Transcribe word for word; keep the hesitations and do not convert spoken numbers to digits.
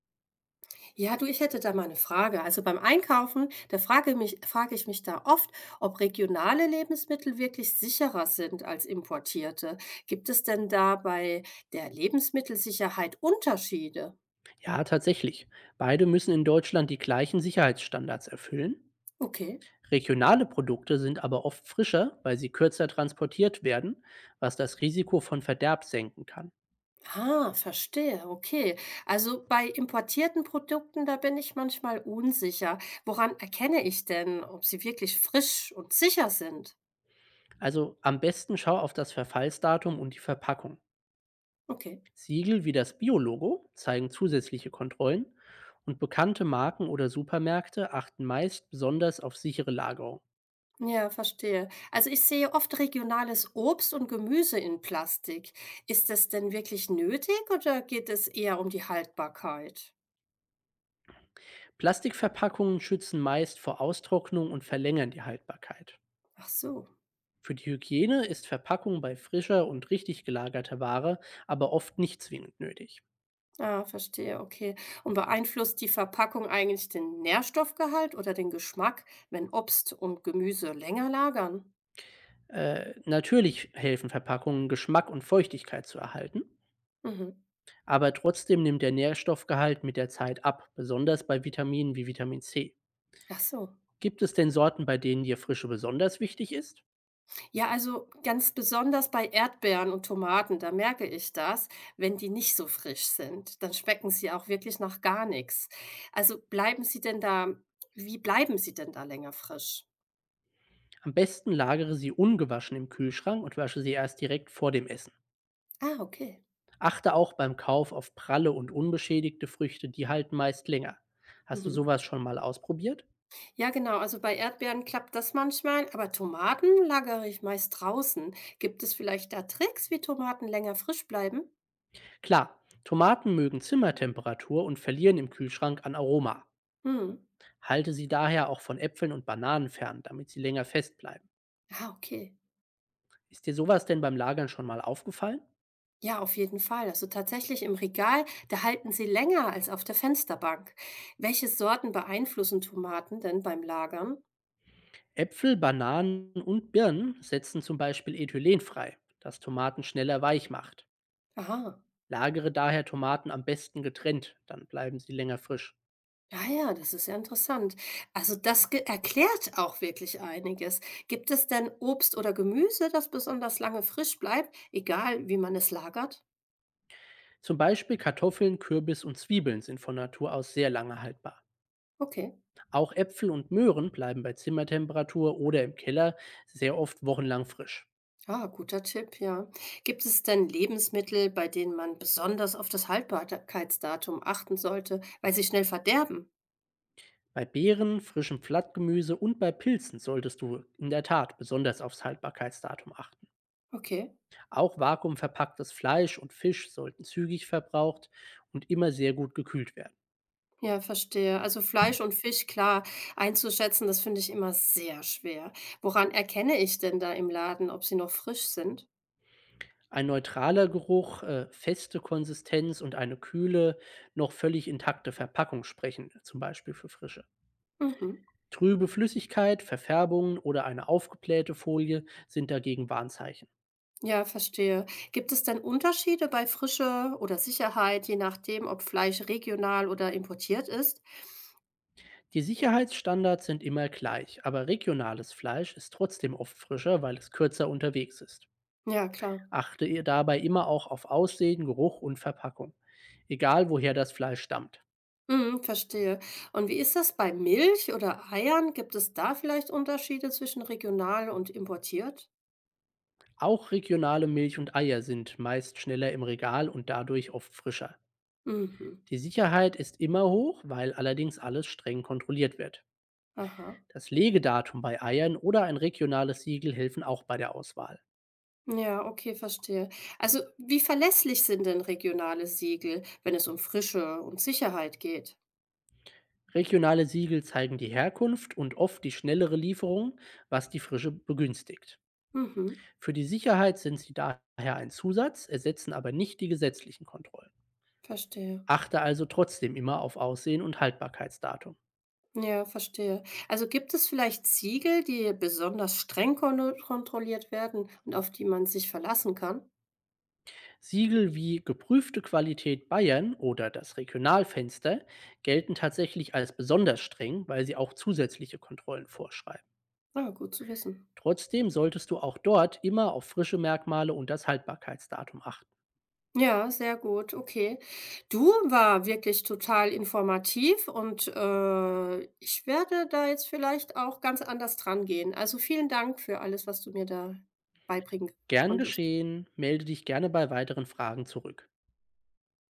Ja, du, ich hätte da mal eine Frage. Also, beim Einkaufen, da frage mich frage ich mich da oft, ob regionale Lebensmittel wirklich sicherer sind als importierte. Gibt es denn da bei der Lebensmittelsicherheit Unterschiede? Ja, tatsächlich. Beide müssen in Deutschland die gleichen Sicherheitsstandards erfüllen. Okay. Regionale Produkte sind aber oft frischer, weil sie kürzer transportiert werden, was das Risiko von Verderb senken kann. Ah, verstehe, okay. Also, bei importierten Produkten, da bin ich manchmal unsicher. Woran erkenne ich denn, ob sie wirklich frisch und sicher sind? Also am besten schau auf das Verfallsdatum und die Verpackung. Okay. Siegel wie das Biologo zeigen zusätzliche Kontrollen und bekannte Marken oder Supermärkte achten meist besonders auf sichere Lagerung. Ja, verstehe. Also ich sehe oft regionales Obst und Gemüse in Plastik. Ist das denn wirklich nötig oder geht es eher um die Haltbarkeit? Plastikverpackungen schützen meist vor Austrocknung und verlängern die Haltbarkeit. Ach so. Für die Hygiene ist Verpackung bei frischer und richtig gelagerter Ware aber oft nicht zwingend nötig. Ah, verstehe, okay. Und beeinflusst die Verpackung eigentlich den Nährstoffgehalt oder den Geschmack, wenn Obst und Gemüse länger lagern? Äh, natürlich helfen Verpackungen, Geschmack und Feuchtigkeit zu erhalten, Mhm. aber trotzdem nimmt der Nährstoffgehalt mit der Zeit ab, besonders bei Vitaminen wie Vitamin C. Ach so. Gibt es denn Sorten, bei denen dir Frische besonders wichtig ist? Ja, also ganz besonders bei Erdbeeren und Tomaten, da merke ich das, wenn die nicht so frisch sind, dann schmecken sie auch wirklich nach gar nichts. Also bleiben sie denn da wie bleiben sie denn da länger frisch? Am besten lagere sie ungewaschen im Kühlschrank und wasche sie erst direkt vor dem Essen. Ah, okay. Achte auch beim Kauf auf pralle und unbeschädigte Früchte, die halten meist länger. Hast du Mhm. sowas schon mal ausprobiert? Ja, genau. Also bei Erdbeeren klappt das manchmal, aber Tomaten lagere ich meist draußen. Gibt es vielleicht da Tricks, wie Tomaten länger frisch bleiben? Klar, Tomaten mögen Zimmertemperatur und verlieren im Kühlschrank an Aroma. Hm. Halte sie daher auch von Äpfeln und Bananen fern, damit sie länger fest bleiben. Ah, okay. Ist dir sowas denn beim Lagern schon mal aufgefallen? Ja, auf jeden Fall. Also tatsächlich im Regal, da halten sie länger als auf der Fensterbank. Welche Sorten beeinflussen Tomaten denn beim Lagern? Äpfel, Bananen und Birnen setzen zum Beispiel Ethylen frei, das Tomaten schneller weich macht. Aha. Lagere daher Tomaten am besten getrennt, dann bleiben sie länger frisch. Ja, ja, das ist ja interessant. Also das ge- erklärt auch wirklich einiges. Gibt es denn Obst oder Gemüse, das besonders lange frisch bleibt, egal wie man es lagert? Zum Beispiel Kartoffeln, Kürbis und Zwiebeln sind von Natur aus sehr lange haltbar. Okay. Auch Äpfel und Möhren bleiben bei Zimmertemperatur oder im Keller sehr oft wochenlang frisch. Ah, guter Tipp, ja. Gibt es denn Lebensmittel, bei denen man besonders auf das Haltbarkeitsdatum achten sollte, weil sie schnell verderben? Bei Beeren, frischem Blattgemüse und bei Pilzen solltest du in der Tat besonders aufs Haltbarkeitsdatum achten. Okay. Auch vakuumverpacktes Fleisch und Fisch sollten zügig verbraucht und immer sehr gut gekühlt werden. Ja, verstehe. Also Fleisch und Fisch, klar, einzuschätzen, das finde ich immer sehr schwer. Woran erkenne ich denn da im Laden, ob sie noch frisch sind? Ein neutraler Geruch, äh, feste Konsistenz und eine kühle, noch völlig intakte Verpackung sprechen, zum Beispiel für Frische. Mhm. Trübe Flüssigkeit, Verfärbungen oder eine aufgeblähte Folie sind dagegen Warnzeichen. Ja, verstehe. Gibt es denn Unterschiede bei Frische oder Sicherheit, je nachdem, ob Fleisch regional oder importiert ist? Die Sicherheitsstandards sind immer gleich, aber regionales Fleisch ist trotzdem oft frischer, weil es kürzer unterwegs ist. Ja, klar. Achte ihr dabei immer auch auf Aussehen, Geruch und Verpackung, egal woher das Fleisch stammt. Mhm, verstehe. Und wie ist das bei Milch oder Eiern? Gibt es da vielleicht Unterschiede zwischen regional und importiert? Auch regionale Milch und Eier sind meist schneller im Regal und dadurch oft frischer. Mhm. Die Sicherheit ist immer hoch, weil allerdings alles streng kontrolliert wird. Aha. Das Legedatum bei Eiern oder ein regionales Siegel helfen auch bei der Auswahl. Ja, okay, verstehe. Also, wie verlässlich sind denn regionale Siegel, wenn es um Frische und Sicherheit geht? Regionale Siegel zeigen die Herkunft und oft die schnellere Lieferung, was die Frische begünstigt. Mhm, Für die Sicherheit sind sie daher ein Zusatz, ersetzen aber nicht die gesetzlichen Kontrollen. verstehe. Achte also trotzdem immer auf Aussehen und Haltbarkeitsdatum. Ja, verstehe. Also gibt es vielleicht Siegel, die besonders streng kon kontrolliert werden und auf die man sich verlassen kann? Siegel wie geprüfte Qualität Bayern oder das Regionalfenster gelten tatsächlich als besonders streng, weil sie auch zusätzliche Kontrollen vorschreiben. Ah, gut zu wissen. Trotzdem solltest du auch dort immer auf frische Merkmale und das Haltbarkeitsdatum achten. Ja, sehr gut, okay. Du, war wirklich total informativ und, äh, ich werde da jetzt vielleicht auch ganz anders drangehen. Also, vielen Dank für alles, was du mir da beibringen Gern konntest. geschehen. Melde dich gerne bei weiteren Fragen zurück.